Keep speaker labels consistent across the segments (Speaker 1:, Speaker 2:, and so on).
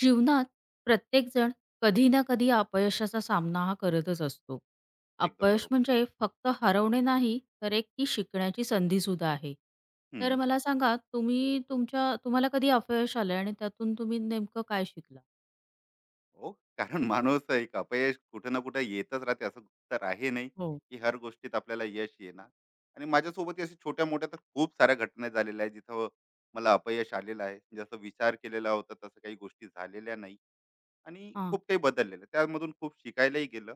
Speaker 1: जीवनात प्रत्येकजण कधी ना कधी अपयशाचा सामना हा करतच असतो.
Speaker 2: एकदम
Speaker 1: अपयश
Speaker 2: बरोबर.
Speaker 1: म्हणजे फक्त हरवणे नाही, तर एक ती शिकण्याची संधीसुद्धा आहे. तर
Speaker 2: हं.
Speaker 1: मला सांगा तुम्ही तुम्हाला कधी अपयश आलंय आणि त्यातून तुम्ही नेमकं काय शिकला?
Speaker 2: हो, कारण माणूस एक अपयश कुठं ना कुठं येतच राहते. असं तर आहे नाही,
Speaker 1: हो.
Speaker 2: की हर गोष्टीत आपल्याला यश येणार. आणि माझ्यासोबतही अशा छोट्या-मोठ्या तर खूप साऱ्या घटना झालेल्या आहेत, जिथं मला अपयश आलेलं आहे. जसं विचार केलेला होता, तसं काही गोष्टी झालेल्या नाही. आणि
Speaker 1: हां,
Speaker 2: खूप काही बदललेलं आहे. त्यामधून खूप शिकायलाही गेलं.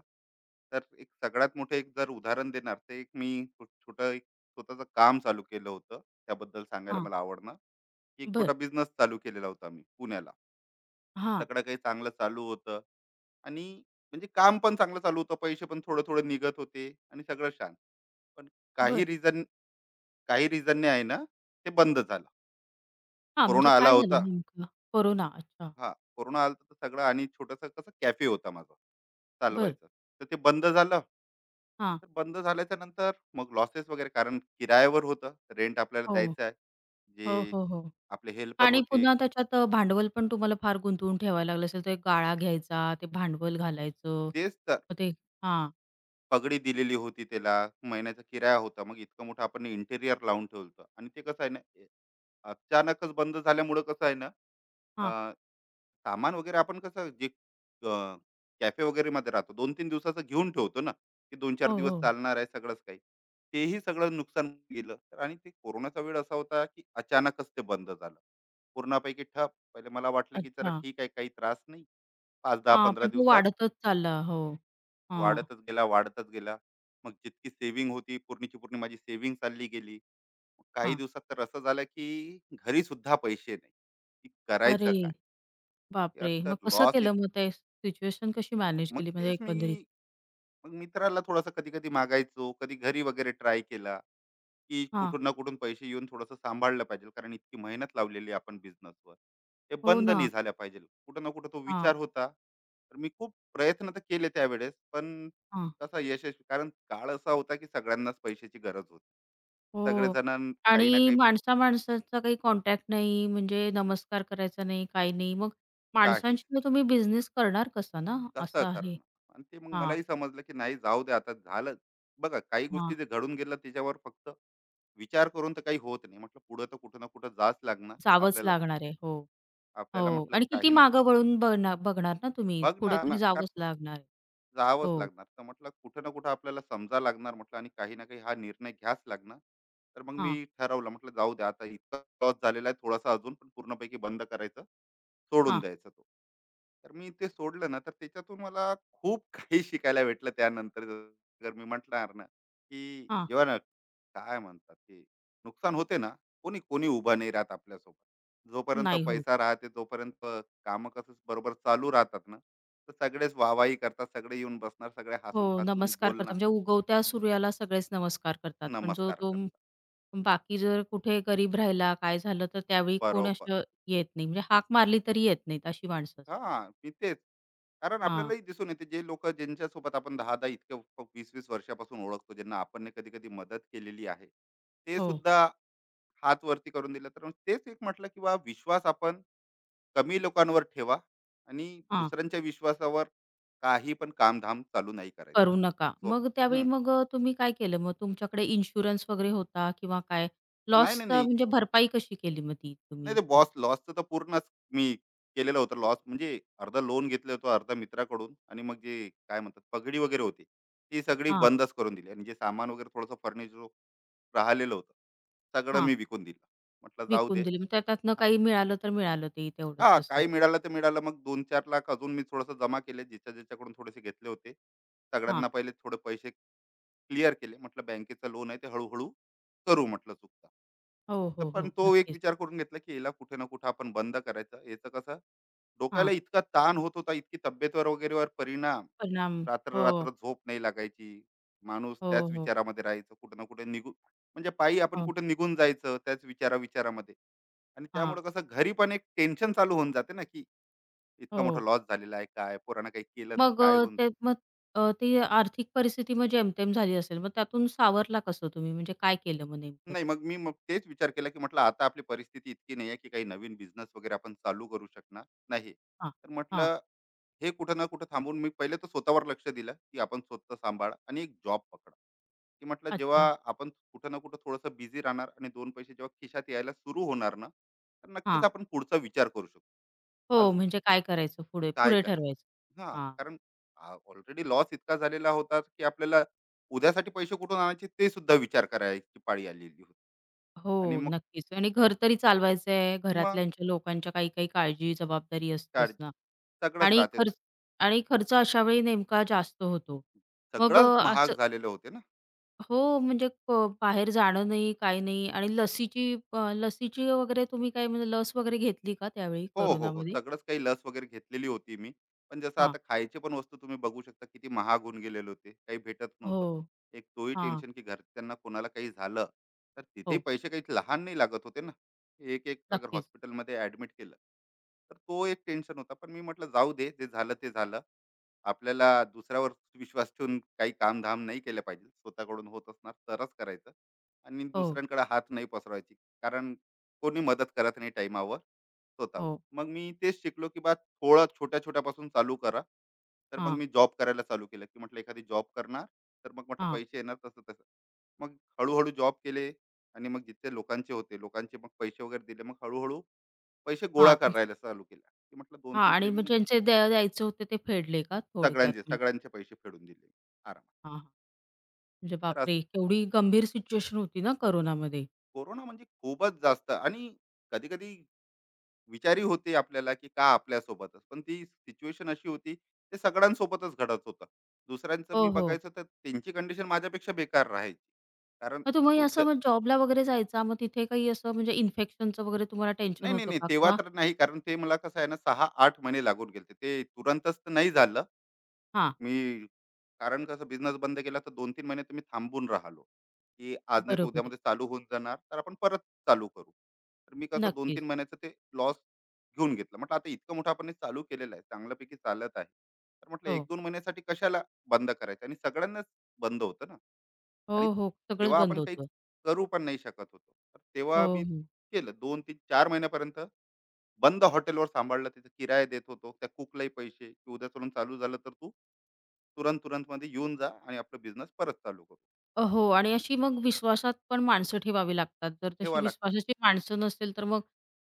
Speaker 2: तर एक सगळ्यात मोठं एक जर उदाहरण देणार तर एक मी छोटं एक स्वतःचं काम चालू केलं होतं. त्याबद्दल सांगायला
Speaker 1: हां.
Speaker 2: मला आवडणार, एक
Speaker 1: बरं.
Speaker 2: छोटा बिझनेस चालू केलेला होता मी पुण्याला.
Speaker 1: हां,
Speaker 2: सगळं काही चांगलं चालू होतं आणि म्हणजे काम पण चांगलं चालू होतं. पैसे पण थोडे-थोडे निघत होते आणि सगळं शांत. पण काही
Speaker 1: बरं.
Speaker 2: रिझन काही रिझनने आहे ना, ते बंद झालं.
Speaker 1: हां, म्हणजे
Speaker 2: कोरोना आला
Speaker 1: काय झालं
Speaker 2: होता.
Speaker 1: नेमकं? कोरोना. अच्छा.
Speaker 2: हा कोरोना आला तर सगळं आणि छोटंसं कसं कॅफे होता माझा
Speaker 1: बरं.
Speaker 2: चालवायचा तर ते बंद झालं.
Speaker 1: हां.
Speaker 2: तर बंद झाल्याच्या नंतर मग लॉसेस वगैरे कारण किरायावर होतं, रेंट आपल्याला
Speaker 1: हो.
Speaker 2: द्यायचं आहे
Speaker 1: हो,
Speaker 2: जे
Speaker 1: हो, हो.
Speaker 2: आपले हेल्पर
Speaker 1: आणि
Speaker 2: होते.
Speaker 1: पुन्हा त्याच्यात भांडवल पण तुम्हाला फार गुंतवून ठेवायला लागलं असेल, तर एक गाळा घ्यायचा, ते भांडवल घालायचं.
Speaker 2: तेच तर
Speaker 1: मग ते हां,
Speaker 2: पगडी दिलेली होती त्याला, महिन्याचा किराया होता, मग इतकं मोठं आपण इंटेरियर लावून ठेवलं होतं. आणि ते कसं आहे ना अचानकच बंद झाल्यामुळं कसं आहे ना,
Speaker 1: हां.
Speaker 2: सामान वगैरे आपण कसं, जे कॅफे वगैरे मध्ये राहतो दोन तीन दिवसाचं घेऊन ठेवतो ना, की दोन चार
Speaker 1: हो,
Speaker 2: दिवस
Speaker 1: हो.
Speaker 2: चालणार आहे सगळंच काही, तेही सगळं नुकसान गेलं. तर आणि ते कोरोनाचा वेळ असा होता की अचानकच ते बंद झालं, पूर्णापैकी ठप. पहिले मला वाटलं की चला
Speaker 1: अच्छा.
Speaker 2: ठीक आहे, काही त्रास नाही, पाच दहा
Speaker 1: हां,
Speaker 2: पंधरा
Speaker 1: पण तो
Speaker 2: दिवसात.
Speaker 1: वाढतच चालला. हो. हां,
Speaker 2: वाढतच गेला. मग जितकी सेव्हिंग होती पूर्णीची पूर्ण माझी सेव्हिंग चालली गेली. मग काही
Speaker 1: हां.
Speaker 2: दिवसात तर असं झालं की घरी सुद्धा पैसे नाही, की करायचं
Speaker 1: अरे
Speaker 2: काय. यार
Speaker 1: बापरे!
Speaker 2: तर
Speaker 1: मग कसं
Speaker 2: लॉस,
Speaker 1: केलं मग ते सिच्युएशन कशी मॅनेज
Speaker 2: मग
Speaker 1: केली म्हणजे
Speaker 2: तेच मी
Speaker 1: एकंदरीत?
Speaker 2: मग मित्राला थोडासा कधी कधी मागायचो, कधी घरी वगैरे ट्राय केला, की
Speaker 1: हां.
Speaker 2: कुठून ना कुठून पैसे येऊन थोडंसं सांभाळलं पाहिजे, कारण इतकी मेहनत लावलेली आहे आपण बिझनेसवर. ते
Speaker 1: हो
Speaker 2: बंद
Speaker 1: ना.
Speaker 2: नाही झाल्या पाहिजे, कुठं ना कुठं तो
Speaker 1: हां,
Speaker 2: विचार होता. तर मी खूप प्रयत्न तर केले त्यावेळेस, पण
Speaker 1: हां.
Speaker 2: कसा यशस्वी, कारण काळ असा होता की सगळ्यांनाच पैशाची गरज होती,
Speaker 1: हो.
Speaker 2: सगळेजण काही ना
Speaker 1: आणि
Speaker 2: काही.
Speaker 1: माणसा-माणसाचा काही कॉन्टॅक्ट नाही, म्हणजे नमस्कार करायचा नाही, काही नाही. मग
Speaker 2: काही
Speaker 1: माणसांशी मग तुम्ही बिझनेस करणार कसा ना?
Speaker 2: कसं
Speaker 1: असं आहे.
Speaker 2: करणं, आणि ते मग
Speaker 1: हां,
Speaker 2: मलाही समजलं की नाही जाऊ दे, आता झालं. बघा, काही गोष्टी
Speaker 1: हां.
Speaker 2: जे घडून गेलं त्याच्यावर फक्त विचार करून तर काही होत नाही. म्हटलं पुढं तर कुठं ना कुठं जाच लागणार
Speaker 1: जावंच
Speaker 2: आपल्याला.
Speaker 1: लागणार आहे. हो,
Speaker 2: आपल्याला
Speaker 1: हो
Speaker 2: म्हटलं
Speaker 1: आणि किती
Speaker 2: काही ना,
Speaker 1: मागं वळून बघणार बघणार ना तुम्ही,
Speaker 2: बघ
Speaker 1: पुढे
Speaker 2: ना
Speaker 1: तरी
Speaker 2: ना.
Speaker 1: जावंच लागणार आहे.
Speaker 2: जावंच
Speaker 1: हो.
Speaker 2: लागणार, तर म्हटलं कुठं ना कुठं आपल्याला समजा लागणार, म्हटलं आणि काही ना काही हा निर्णय घ्याच लागणार. तर मग
Speaker 1: हां,
Speaker 2: मी ठरवलं, म्हटलं जाऊ द्या, आता इतका लॉस झालेला आहे थोडासा अजून, पण पूर्णपैकी बंद करायचं, सोडून
Speaker 1: हां,
Speaker 2: द्यायचं तो. तर मी ते सोडलं ना, तर त्याच्यातून मला खूप काही शिकायला भेटलं त्यानंतर. जर मी म्हटणार ना की
Speaker 1: हां.
Speaker 2: जेव्हा ना, काय म्हणतात की, नुकसान होते ना, कोणी कोणी उभा नाही राहत आपल्यासोबत. जोपर्यंत
Speaker 1: नाही होत.
Speaker 2: पैसा राहते, जोपर्यंत काम कसं बरोबर चालू राहतात ना, तर सगळेच वाहवाही करतात, सगळे येऊन बसणार, सगळे हसून
Speaker 1: हो,
Speaker 2: खासून
Speaker 1: नमस्कार करतात.
Speaker 2: बोलणार,
Speaker 1: म्हणजे उगवत्या सूर्याला सगळेच नमस्कार करतात. पण जो
Speaker 2: नमस्कार
Speaker 1: तो
Speaker 2: करतात.
Speaker 1: बाकी जर कुठे गरीब राहिला, काय झालं, तर त्यावेळी कोण
Speaker 2: बरोबर.
Speaker 1: असं येत नाही. म्हणजे हाक मारली तरी येत नाहीत अशी माणसं.
Speaker 2: हा मी तेच, कारण
Speaker 1: हां,
Speaker 2: आपल्यालाही दिसून येते जे लोक ज्यांच्यासोबत आपण दहा दहा इतके वीस वीस वर्षापासून ओळखतो, ज्यांना आपण कधी कधी मदत केलेली आहे ते
Speaker 1: हो,
Speaker 2: सुद्धा हात वरती करून दिलं. तर मग तेच एक म्हटलं की बा विश्वास आपण कमी लोकांवर ठेवा, आणि
Speaker 1: हां.
Speaker 2: दुसऱ्यांच्या विश्वासावर काही पण कामधाम चालू नाही करायचं.
Speaker 1: करू नका.
Speaker 2: सो
Speaker 1: मग त्यावेळी
Speaker 2: हम्म.
Speaker 1: मग तुम्ही काय केलं? मग तुमच्याकडे इन्शुरन्स वगैरे होता किंवा काय?
Speaker 2: नाही नाही
Speaker 1: लॉसचा
Speaker 2: नाही
Speaker 1: म्हणजे भरपाई कशी केली मग ती
Speaker 2: नाही
Speaker 1: तुम्ही?
Speaker 2: ते बॉस लॉसचं तर पूर्णच मी केलेलं होतं. लॉस म्हणजे अर्धा लोन घेतलं होतं, अर्धा मित्राकडून, आणि मग जे काय म्हणतात पगडी वगैरे होती ती सगळी
Speaker 1: हां,
Speaker 2: बंदच करून दिली. आणि जे सामान वगैरे थोडंसं फर्निचर राहिलेलं होतं सगळं
Speaker 1: हां.
Speaker 2: मी विकून दिलं. म्हटलं जाऊ दे.
Speaker 1: विकून दिली. मग
Speaker 2: हा.
Speaker 1: त्याच्यातनं काही मिळालं तर मिळालं ते तेवढंच
Speaker 2: हा,
Speaker 1: असं.
Speaker 2: काही मिळालं ते मिळालं, मग दोन चार लाख अजून मी थोडंसं जमा केले ज्याच्या ज्याच्याकडून थोडेसे घेतले होते.
Speaker 1: हां.
Speaker 2: सगळ्यांना पहिले थोडे पैसे क्लिअर केले. म्हटलं बँकेचं लोन आहे ते हळूहळू करू म्हटलं चुकता.
Speaker 1: हो,
Speaker 2: तर
Speaker 1: हो,
Speaker 2: पण
Speaker 1: हो.
Speaker 2: तो एक
Speaker 1: नक्कीच.
Speaker 2: विचार करून घेतला की याला कुठे ना कुठे आपण बंद करायचं, याचं कसं डोक्याला
Speaker 1: हां.
Speaker 2: इतका ताण होत होता, इतकी तब्येतवर वगैरेवर परिणाम.
Speaker 1: परिणाम
Speaker 2: रात्र
Speaker 1: हो,
Speaker 2: रात्र झोप नाही लागायची, माणूस
Speaker 1: हो,
Speaker 2: त्याच
Speaker 1: हो.
Speaker 2: विचारामध्ये राहायचं, कुठं ना कुठे निघून, म्हणजे पायी आपण
Speaker 1: हो.
Speaker 2: कुठे निघून जायचं त्याच विचारामध्ये. आणि त्यामुळे
Speaker 1: हां.
Speaker 2: कसं घरी पण एक टेन्शन चालू होऊन जाते ना, की इतका मोठा
Speaker 1: हो.
Speaker 2: लॉस झालेला आहे, काय पोरांना काही केलं तर
Speaker 1: मग
Speaker 2: काय होऊन.
Speaker 1: ते मग ती आर्थिक परिस्थिती मग जेमतेम झाली असेल. मग त्यातून सावरला कसं तुम्ही? म्हणजे काय केलं मग नेमकं ते?
Speaker 2: नाही मग मी मग तेच विचार केला की म्हटलं आता आपली परिस्थिती इतकी नाही आहे की काही नवीन बिझनेस वगैरे आपण चालू करू शकणार नाही.
Speaker 1: हां,
Speaker 2: तर
Speaker 1: हां.
Speaker 2: म्हटलं हे कुठं ना कुठं थांबून मी पहिले तर स्वतःवर लक्ष दिलं, की आपण स्वतः सांभाळा आणि एक जॉब पकडा. की म्हटलं जेव्हा
Speaker 1: अच्छा.
Speaker 2: आपण कुठं ना कुठं थोडंसं बिझी राहणार आणि दोन पैसे जेव्हा खिशात यायला सुरू होणार ना, तर नक्कीच
Speaker 1: हां.
Speaker 2: आपण पुढचा विचार करू शकतो. आज
Speaker 1: हो, म्हणजे काय करायचं पुढे?
Speaker 2: काय
Speaker 1: पुढे ठरवायचं.
Speaker 2: करायचं. हां,
Speaker 1: हां.
Speaker 2: कारण ऑलरेडी लॉस इतका झालेला होता की आपल्याला उद्यासाठी पैसे कुठून आणायचे ते सुद्धा विचार करायची पाळी आलेली होती. आणि
Speaker 1: हो,
Speaker 2: मग
Speaker 1: नक्कीच. आणि घर तरी चालवायचंय.
Speaker 2: मग
Speaker 1: घरातल्यांच्या लोकांच्या काही-काही काळजी, जबाबदारी असतोच
Speaker 2: काळजी
Speaker 1: ना.
Speaker 2: सगळंच
Speaker 1: आणि
Speaker 2: राहते.
Speaker 1: खर्च आणि खर्च अशावेळी नेमका जास्त होतो. मग
Speaker 2: सगळंच
Speaker 1: असं
Speaker 2: महाग झालेले होते ना.
Speaker 1: हो, म्हणजे बाहेर जाणं नाही, काही नाही आणि
Speaker 2: काय-
Speaker 1: लसीची वगैरे तुम्ही काय म्हणजे लस वगैरे घेतली का त्यावेळी
Speaker 2: हो, हो, हो.
Speaker 1: कोरोनामध्ये?
Speaker 2: सगळंच काही लस वगैरे घेतलेली होती मी. पण जसं
Speaker 1: हां.
Speaker 2: आता खायची पण वस्तू तुम्ही बघू शकता किती महाग होऊन गेलेले होते. काही भेटत
Speaker 1: हो.
Speaker 2: नव्हतं. एक तोही
Speaker 1: हां.
Speaker 2: टेन्शन की घरच्यांना कोणाला काही झालं, तर तिथेही
Speaker 1: हो.
Speaker 2: पैसे काही लहान नाही लागत होते ना. एक-एक अगर
Speaker 1: नक्कीच.
Speaker 2: हॉस्पिटलमध्ये ॲडमिट केलं, तर तो एक टेन्शन होता. पण मी म्हटलं जाऊ दे, जे झालं ते झालं. आपल्याला दुसऱ्यावर विश्वास ठेवून काही कामधाम नाही केलं पाहिजे. स्वतःकडून होत असणार तरच करायचं, आणि
Speaker 1: हो,
Speaker 2: दुसऱ्यांकडे हात नाही पसरवायची. कारण कोणी मदत करत नाही टाईमावर स्वतःवर.
Speaker 1: हो.
Speaker 2: मग मी तेच शिकलो, की बा थोडं छोट्या-छोट्यापासून चालू करा. तर मग
Speaker 1: हां,
Speaker 2: मी जॉब करायला चालू केलं, की म्हटलं एखादी जॉब करणार, तर मग म्हटलं
Speaker 1: हां,
Speaker 2: पैसे येणार तसं-तसं. मग हळू जॉब केले, आणि मग जिथे लोकांचे होते, लोकांचे मग पैसे वगैरे दिले. मग हळू पैसे गोळा
Speaker 1: हां.
Speaker 2: करायला चालू केला, की म्हटलं
Speaker 1: हां
Speaker 2: 2-3
Speaker 1: आणि मग
Speaker 2: सेव्हिंग.
Speaker 1: ज्यांचे द्यायचे होते ते फेडले का थोडक्यात?
Speaker 2: सगळ्यांचे,
Speaker 1: म्हणजे
Speaker 2: सगळ्यांचे पैसे फेडून दिले आरामात.
Speaker 1: हां, हां. म्हणजे
Speaker 2: तर
Speaker 1: बापरे!
Speaker 2: असं
Speaker 1: केवढी गंभीर सिच्युएशन होती ना कोरोनामध्ये.
Speaker 2: कोरोना म्हणजे खूपच जास्त, आणि कधी-कधी विचारी होते आपल्याला, की का आपल्यासोबतच? पण ती सिच्युएशन अशी होती, ते सगळ्यांसोबतच घडत होतं. दुसऱ्यांचं
Speaker 1: हो,
Speaker 2: मी
Speaker 1: हो.
Speaker 2: बघायचं तर त्यांची कंडिशन माझ्यापेक्षा बेकार राहायची. कारण
Speaker 1: मग तुम्ही
Speaker 2: खूप ज
Speaker 1: असं मग जॉबला वगैरे जायचा, मग तिथे काही असं म्हणजे इन्फेक्शनचं वगैरे तुम्हाला टेन्शन
Speaker 2: नाही, नाही,
Speaker 1: होतं
Speaker 2: नाही.
Speaker 1: का?
Speaker 2: तेव्हा
Speaker 1: किंवा
Speaker 2: तर नाही, कारण ते मला कसं आहे ना 6-8 महिने लागून गेले, ते तुरंतच तर नाही झालं.
Speaker 1: हां,
Speaker 2: मी कारण कसं बिझनेस बंद केला तर 2-3 महिने तर मी थांबून राहिलो, की आज नाही तर
Speaker 1: बरोबर आहे.
Speaker 2: उद्यामध्ये चालू होऊन जाणार, तर आपण परत चालू करू. तर मी कसं
Speaker 1: नक्कीच.
Speaker 2: 2-3 महिन्याचं ते लॉस घेऊन घेतलं. म्हटलं आता इतकं मोठं आपण हे चालू केलेलं आहे, चांगल्यापैकी चालत आहे. तर म्हटलं
Speaker 1: हो.
Speaker 2: 1-2 महिन्यासाठी कशाला बंद करायचं, आणि सगळ्यांनाच बंद होतं ना.
Speaker 1: हो,
Speaker 2: आणि
Speaker 1: हो. सगळंच
Speaker 2: तेव्हा
Speaker 1: बंद
Speaker 2: आपण काही
Speaker 1: होतं.
Speaker 2: करू पण नाही शकत होतो. तर तेव्हा
Speaker 1: हो,
Speaker 2: मी
Speaker 1: हो.
Speaker 2: केलं 2-3-4 महिन्यापर्यंत बंद हॉटेलवर सांभाळलं, तिथे किराया देत होतो त्या कुकलाही पैसे, की उद्या चलून चालू झालं तर तू तुरंत तुरंत मध्ये येऊन जा आणि आपला बिझनेस परत चालू करू.
Speaker 1: हो आणि अशी मग विश्वासात पण माणसं ठेवावी लागतात. जर तशी
Speaker 2: ठेवा लागते
Speaker 1: विश्वासाची माणसं नसेल, तर मग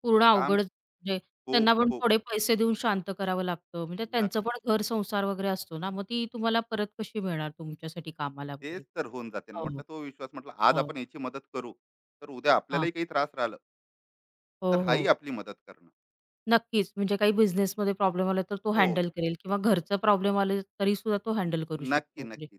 Speaker 1: पूर्ण
Speaker 2: काम,
Speaker 1: अवघडच म्हणजे
Speaker 2: खूप
Speaker 1: त्यांना पण
Speaker 2: खूप
Speaker 1: थोडे पैसे देऊन शांत करावं लागतं. म्हणजे
Speaker 2: ना.
Speaker 1: त्यांचं पण घर संसार वगैरे असतो ना, मग ती तुम्हाला परत कशी मिळणार तुमच्यासाठी कामाला वगैरे?
Speaker 2: तेच तर होऊन जाते ना,
Speaker 1: हो, हो.
Speaker 2: म्हटलं तो विश्वास, म्हटलं आज आपण याची मदत करू तर उद्या
Speaker 1: हां.
Speaker 2: आपल्यालाही काही त्रास राहिला तर
Speaker 1: हो,
Speaker 2: हाही
Speaker 1: हो.
Speaker 2: आपली मदत करणं.
Speaker 1: नक्कीच. म्हणजे काही बिझनेसमध्ये प्रॉब्लेम आला तर तो
Speaker 2: हो,
Speaker 1: हँडल करेल किंवा घरचा प्रॉब्लेम आले तरीसुद्धा तो हँडल करू शकतो.
Speaker 2: नक्की
Speaker 1: म्हणजे
Speaker 2: नक्की,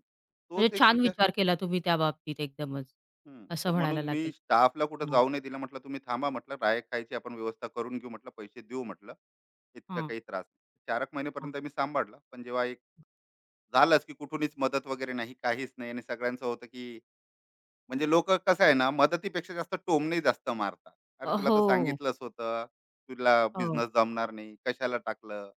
Speaker 1: म्हणजे
Speaker 2: तोच एक
Speaker 1: छान
Speaker 2: विचार.
Speaker 1: विचार केला तुम्ही त्या बाबतीत एकदमच,
Speaker 2: हं. तर
Speaker 1: असं
Speaker 2: म्हणून
Speaker 1: म्हणायला
Speaker 2: मी
Speaker 1: लागेल.
Speaker 2: स्टाफला कुठं
Speaker 1: हां,
Speaker 2: जाऊ नाही दिलं. म्हटलं, "तुम्ही थांबा," म्हटलं, "राय खायची आपण व्यवस्था करून घेऊ," म्हटलं, "पैसे देऊ," म्हटलं, "इतका
Speaker 1: हां,
Speaker 2: काही त्रास नाही." 4 एक
Speaker 1: हां.
Speaker 2: महिनेपर्यंत मी सांभाळलं. पण जेव्हा एक झालंच, की कुठूनच मदत वगैरे नाही, काहीच नाही, आणि सगळ्यांचं होतं, की म्हणजे लोकं कसं आहे ना, मदतीपेक्षा जास्त टोमणे जास्त मारतात. "अरे, तुला
Speaker 1: हो,
Speaker 2: तर सांगितलंच होतं, तुला
Speaker 1: हो,
Speaker 2: बिझनेस जमणार नाही, कशाला टाकलं?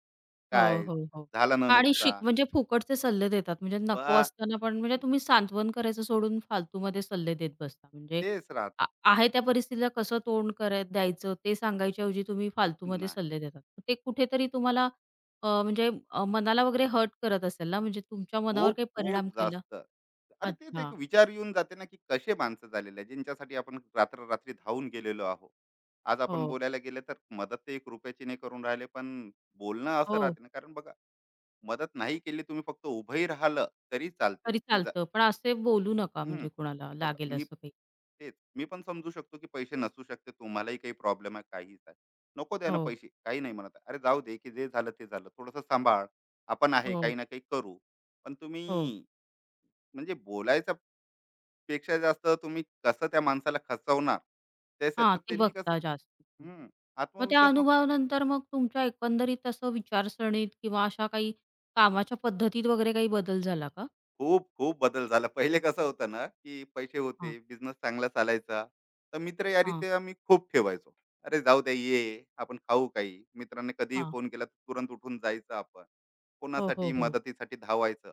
Speaker 1: हो,
Speaker 2: काय
Speaker 1: हो, हो.
Speaker 2: झालं ना
Speaker 1: आणि शिक
Speaker 2: नुकसान?"
Speaker 1: म्हणजे फुकटचे सल्ले देतात. म्हणजे
Speaker 2: बा
Speaker 1: नको असताना पण म्हणजे तुम्ही सांत्वन करायचं सोडून फालतूमध्ये सल्ले देत बसता. म्हणजे
Speaker 2: तेच
Speaker 1: आ
Speaker 2: राहतात.
Speaker 1: आहे त्या परिस्थितीला कसं तोंड कराय द्यायचं ते सांगायच्या ऐवजी तुम्ही फालतूमध्ये
Speaker 2: नाही.
Speaker 1: सल्ले देतात. ते कुठेतरी तुम्हाला म्हणजे मनाला वगैरे हर्ट करत असेल ना, म्हणजे तुमच्या मनावर
Speaker 2: खूप
Speaker 1: काही
Speaker 2: खूप
Speaker 1: परिणाम केला?
Speaker 2: जास्त. अरे तेच एक
Speaker 1: अच्छा.
Speaker 2: विचार येऊन जाते ना, की कसे माणसं झालेले आहेत, ज्यांच्यासाठी आपण रात्र-रात्री धावून गेलेलो आहोत. आज आपण
Speaker 1: हो,
Speaker 2: बोलायला गेलं तर मदत तर 1 रुपयाची नाही करून राहिले, पण बोलणं असं
Speaker 1: हो.
Speaker 2: राहते ना, कारण बघा मदत नाही केली तुम्ही, फक्त उभंही राहिलं तरी चालते,
Speaker 1: तरी
Speaker 2: की जा.
Speaker 1: चालतं. पण असे बोलू नका
Speaker 2: हं,
Speaker 1: म्हणजे कुणाला
Speaker 2: बघा
Speaker 1: लागेल
Speaker 2: मी
Speaker 1: असं काही.
Speaker 2: तेच, मी पण समजू शकतो, की पैसे नसू शकते, तुम्हालाही काही प्रॉब्लेम आहे, काहीच आहे. नको द्या ना
Speaker 1: हो,
Speaker 2: पैसे, काही नाही म्हणत आहे. अरे जाऊ दे, की जे झालं ते झालं, थोडंसं सांभाळ, आपण आहे,
Speaker 1: हो,
Speaker 2: काही ना काही करू. पण
Speaker 1: हो.
Speaker 2: तुम्ही म्हणजे बोलायचा पेक्षा जास्त तुम्ही कसं त्या माणसाला खचवणार, तेच आहे.
Speaker 1: हां,
Speaker 2: तर
Speaker 1: ते
Speaker 2: त्यांनी कसं.
Speaker 1: बघता जास्त.
Speaker 2: हम्म.
Speaker 1: मग त्या
Speaker 2: आत्मविश्वास मग
Speaker 1: अनुभवानंतर मग तुमच्या एकंदरीत असं विचारसरणीत किंवा अशा काही कामाच्या पद्धतीत वगैरे काही बदल झाला का?
Speaker 2: खूप खूप बदल झाला. पहिले कसं होतं ना, की पैसे
Speaker 1: हां,
Speaker 2: होते, बिझनेस चांगला चालायचा, तर मित्र यारी
Speaker 1: हां,
Speaker 2: ते आम्ही खूप ठेवायचो. अरे जाऊ द्या, ये आपण खाऊ, काही मित्रांनी कधीही
Speaker 1: हां.
Speaker 2: फोन केला तर तुरंत उठून जायचं आपण
Speaker 1: हो,
Speaker 2: कोणासाठी
Speaker 1: हो, हो.
Speaker 2: मदतीसाठी धावायचं.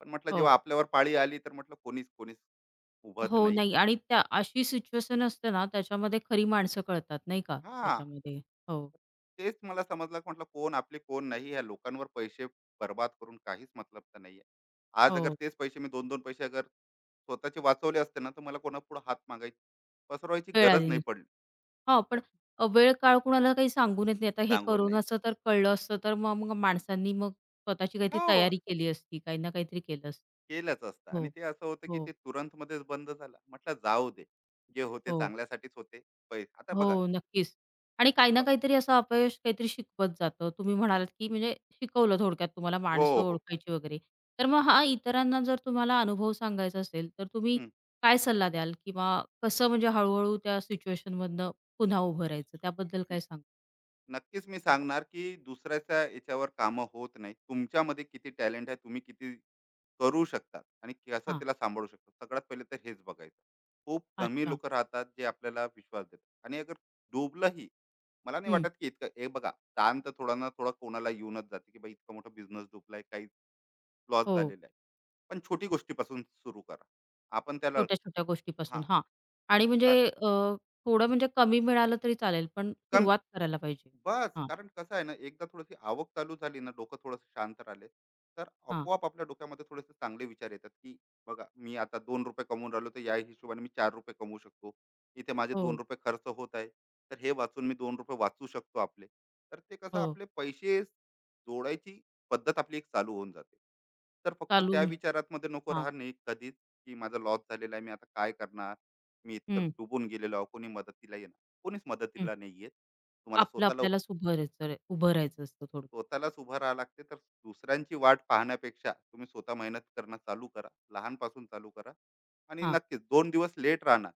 Speaker 2: पण म्हटलं
Speaker 1: हो.
Speaker 2: जेव्हा आपल्यावर पाळी आली, तर म्हटलं कोणीच कोणीच उभत
Speaker 1: हो,
Speaker 2: नाही.
Speaker 1: नाही आणि त्या अशी सिच्युएशन असते ना, त्याच्यामध्ये खरी माणसं कळतात नाही का
Speaker 2: हां.
Speaker 1: त्याच्यामध्ये. हो,
Speaker 2: तेच मला समजलं, म्हटलं कोण आपले, कोण नाही. या लोकांवर पैसे बर्बाद करून काहीच मतलब तर नाहीये. आज अगर
Speaker 1: हो.
Speaker 2: तेच पैसे मी दोन दोन पैसे अगर स्वतःचे वाचवले असते ना, तर मला कोणापुढे हात मागायची पसरवायची
Speaker 1: वेळ
Speaker 2: गरज
Speaker 1: आली
Speaker 2: नाही
Speaker 1: नसती.
Speaker 2: पडली.
Speaker 1: हां, पण
Speaker 2: तर
Speaker 1: वेळ-काळ कुणाला काही सांगून येत नाही. आता हे
Speaker 2: सांगून नाही.
Speaker 1: कोरोनाचं तर कळलं असतं, तर मग मग माणसांनी मग स्वतःची काहीतरी
Speaker 2: हो,
Speaker 1: तयारी केली असती, काही ना काहीतरी केलं असतं.
Speaker 2: केलंच असतं,
Speaker 1: हो,
Speaker 2: आणि ते असं होतं, की
Speaker 1: हो,
Speaker 2: ते तुरंतमध्येच बंद झालं. म्हटलं जाऊ दे. जे होते
Speaker 1: हो,
Speaker 2: चांगल्यासाठीच होते. आता बघा.
Speaker 1: हो, नक्कीच. आणि काही ना
Speaker 2: प
Speaker 1: काहीतरी असं अपयश काहीतरी शिकवत जातं. तुम्ही म्हणालात, की म्हणजे शिकवलं थोडक्यात तुम्हाला
Speaker 2: हो,
Speaker 1: माणसं
Speaker 2: हो.
Speaker 1: ओळखायची वगैरे. तर मग हा इतरांना जर तुम्हाला अनुभव सांगायचा असेल, तर तुम्ही
Speaker 2: हं.
Speaker 1: काय सल्ला द्याल किंवा कसं म्हणजे हळू-हळू त्या सिच्युएशनमधनं पुन्हा उभं राहायचं, त्याबद्दल काय सांगाल?
Speaker 2: नक्कीच मी सांगणार की दुसऱ्याच्या याच्यावर कामं होत नाही. तुमच्यामध्ये किती टॅलेंट आहे, तुम्ही किती करू शकतात आणि कसं
Speaker 1: हां,
Speaker 2: त्याला सांभाळू शकता. सगळ्यात पहिले तर हेच बघायचं. खूप कमी
Speaker 1: अच्छा.
Speaker 2: लोकं राहतात जे आपल्याला विश्वास देतात, आणि अगर डुबलंही, मला नाही
Speaker 1: हं,
Speaker 2: वाटत की इतकं हे बघा ताण तर थोडा ना थोडा कोणाला येऊनच जाते, की बाई इतका मोठा बिझनेस डुबलाय, काही लॉस
Speaker 1: हो.
Speaker 2: झालेला आहे. पण छोटी गोष्टीपासून सुरू करा. आपण त्याला
Speaker 1: छोट्या-छोट्या गोष्टीपासून
Speaker 2: हां,
Speaker 1: हां. आणि म्हणजे
Speaker 2: तर
Speaker 1: थोडं म्हणजे कमी मिळालं तरी चालेल, पण
Speaker 2: कमी
Speaker 1: सुरुवात करायला पाहिजे.
Speaker 2: बस,
Speaker 1: हां,
Speaker 2: कारण कसं आहे ना, एकदा थोडीशी आवक चालू झाली ना, डोकं थोडंसं शांत राहिले, तर
Speaker 1: हां.
Speaker 2: आपोआप आपल्या डोक्यामध्ये थोडेसे चांगले विचार येतात, की बघा मी आता दोन रुपये कमवून राहिलो, तर या हिशोबाने मी चार रुपये कमवू शकतो. इथे माझे दोन
Speaker 1: हो,
Speaker 2: रुपये खर्च होत आहे, तर हे वाचून मी दोन रुपये वाचू शकतो आपले. तर ते कसं
Speaker 1: हो.
Speaker 2: आपले पैसे जोडायची पद्धत आपली एक चालू होऊन जाते. तर फक्त त्या
Speaker 1: चालून
Speaker 2: विचारात मध्ये नको
Speaker 1: हां.
Speaker 2: राहणे कधीच, की माझा लॉस झालेला आहे, मी आता काय करणार, मी इतकं
Speaker 1: हं,
Speaker 2: डुबून गेलेलो आहे, कोणी मदतीला येणार, कोणीच
Speaker 1: हं.
Speaker 2: मदतीला नाही येत. तुम्हाला
Speaker 1: आपलं
Speaker 2: स्वतःला
Speaker 1: आपल्यालाच उभं राहायचं उभं राहायचं असतं थोडं.
Speaker 2: स्वतःलाच उभं राहावं लागते. तर दुसऱ्यांची वाट पाहण्यापेक्षा तुम्ही स्वतः मेहनत करणं चालू करा, लहानपासून चालू करा, आणि
Speaker 1: हां.
Speaker 2: नक्कीच दोन दिवस लेट राहणार,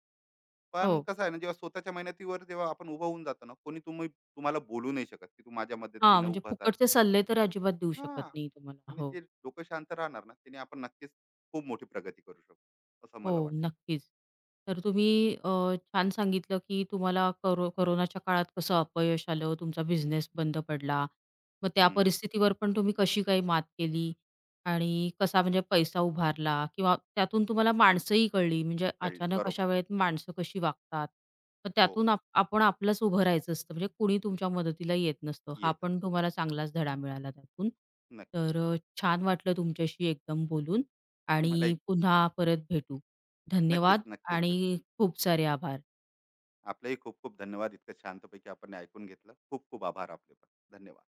Speaker 2: पण
Speaker 1: हो.
Speaker 2: कसं आहे ना जेव्हा स्वतःच्या मेहनतीवर जेव्हा आपण उभं होऊन जातो ना, कोणी तुम्ही तुम्हाला बोलू नाही शकत की तू माझ्या
Speaker 1: हां,
Speaker 2: मदतीनं
Speaker 1: म्हणजे
Speaker 2: उभा जा.
Speaker 1: फुकटचे सल्ले तर अजिबात देऊ
Speaker 2: हा,
Speaker 1: शकत नाही तुम्हाला.
Speaker 2: आणि
Speaker 1: हो.
Speaker 2: जे डोकं शांत राहणार ना, त्याने आपण नक्कीच खूप मोठी प्रगती करू शकतो असं मला
Speaker 1: हो,
Speaker 2: वाटतं.
Speaker 1: नक्कीच. तर तुम्ही अ, छान सांगितलं, की तुम्हाला कोरोनाच्या काळात कसं अपयश आलं, तुमचा बिझनेस बंद पडला. मग त्या
Speaker 2: हम्म,
Speaker 1: परिस्थितीवर पण तुम्ही कशी काही मात केली आणि कसा म्हणजे पैसा उभारला किंवा त्यातून तुम्हाला माणसंही कळली. म्हणजे
Speaker 2: कळली
Speaker 1: अचानक
Speaker 2: बरोबर.
Speaker 1: अशा वेळेत माणसं कशी वागतात. मग
Speaker 2: हो,
Speaker 1: त्यातून आपण आपलंच उभं राहायचं असतं. म्हणजे कुणी तुमच्या मदतीला येत नसतं. हा
Speaker 2: येत ना,
Speaker 1: पण तुम्हाला चांगलाच धडा मिळाला त्यातून.
Speaker 2: नक्कीच.
Speaker 1: तर छान वाटलं तुमच्याशी एकदम बोलून आणि
Speaker 2: मला एक,
Speaker 1: पुन्हा परत भेटू. धन्यवाद
Speaker 2: नक्कीच नक्कीच
Speaker 1: आणि
Speaker 2: भेटू.
Speaker 1: खूप सारे आभार.
Speaker 2: आपलेही खूप खूप धन्यवाद, इतकं शांतपैकी आपण हे ऐकून घेतलं, खूप खूप आभार आपले, पण धन्यवाद.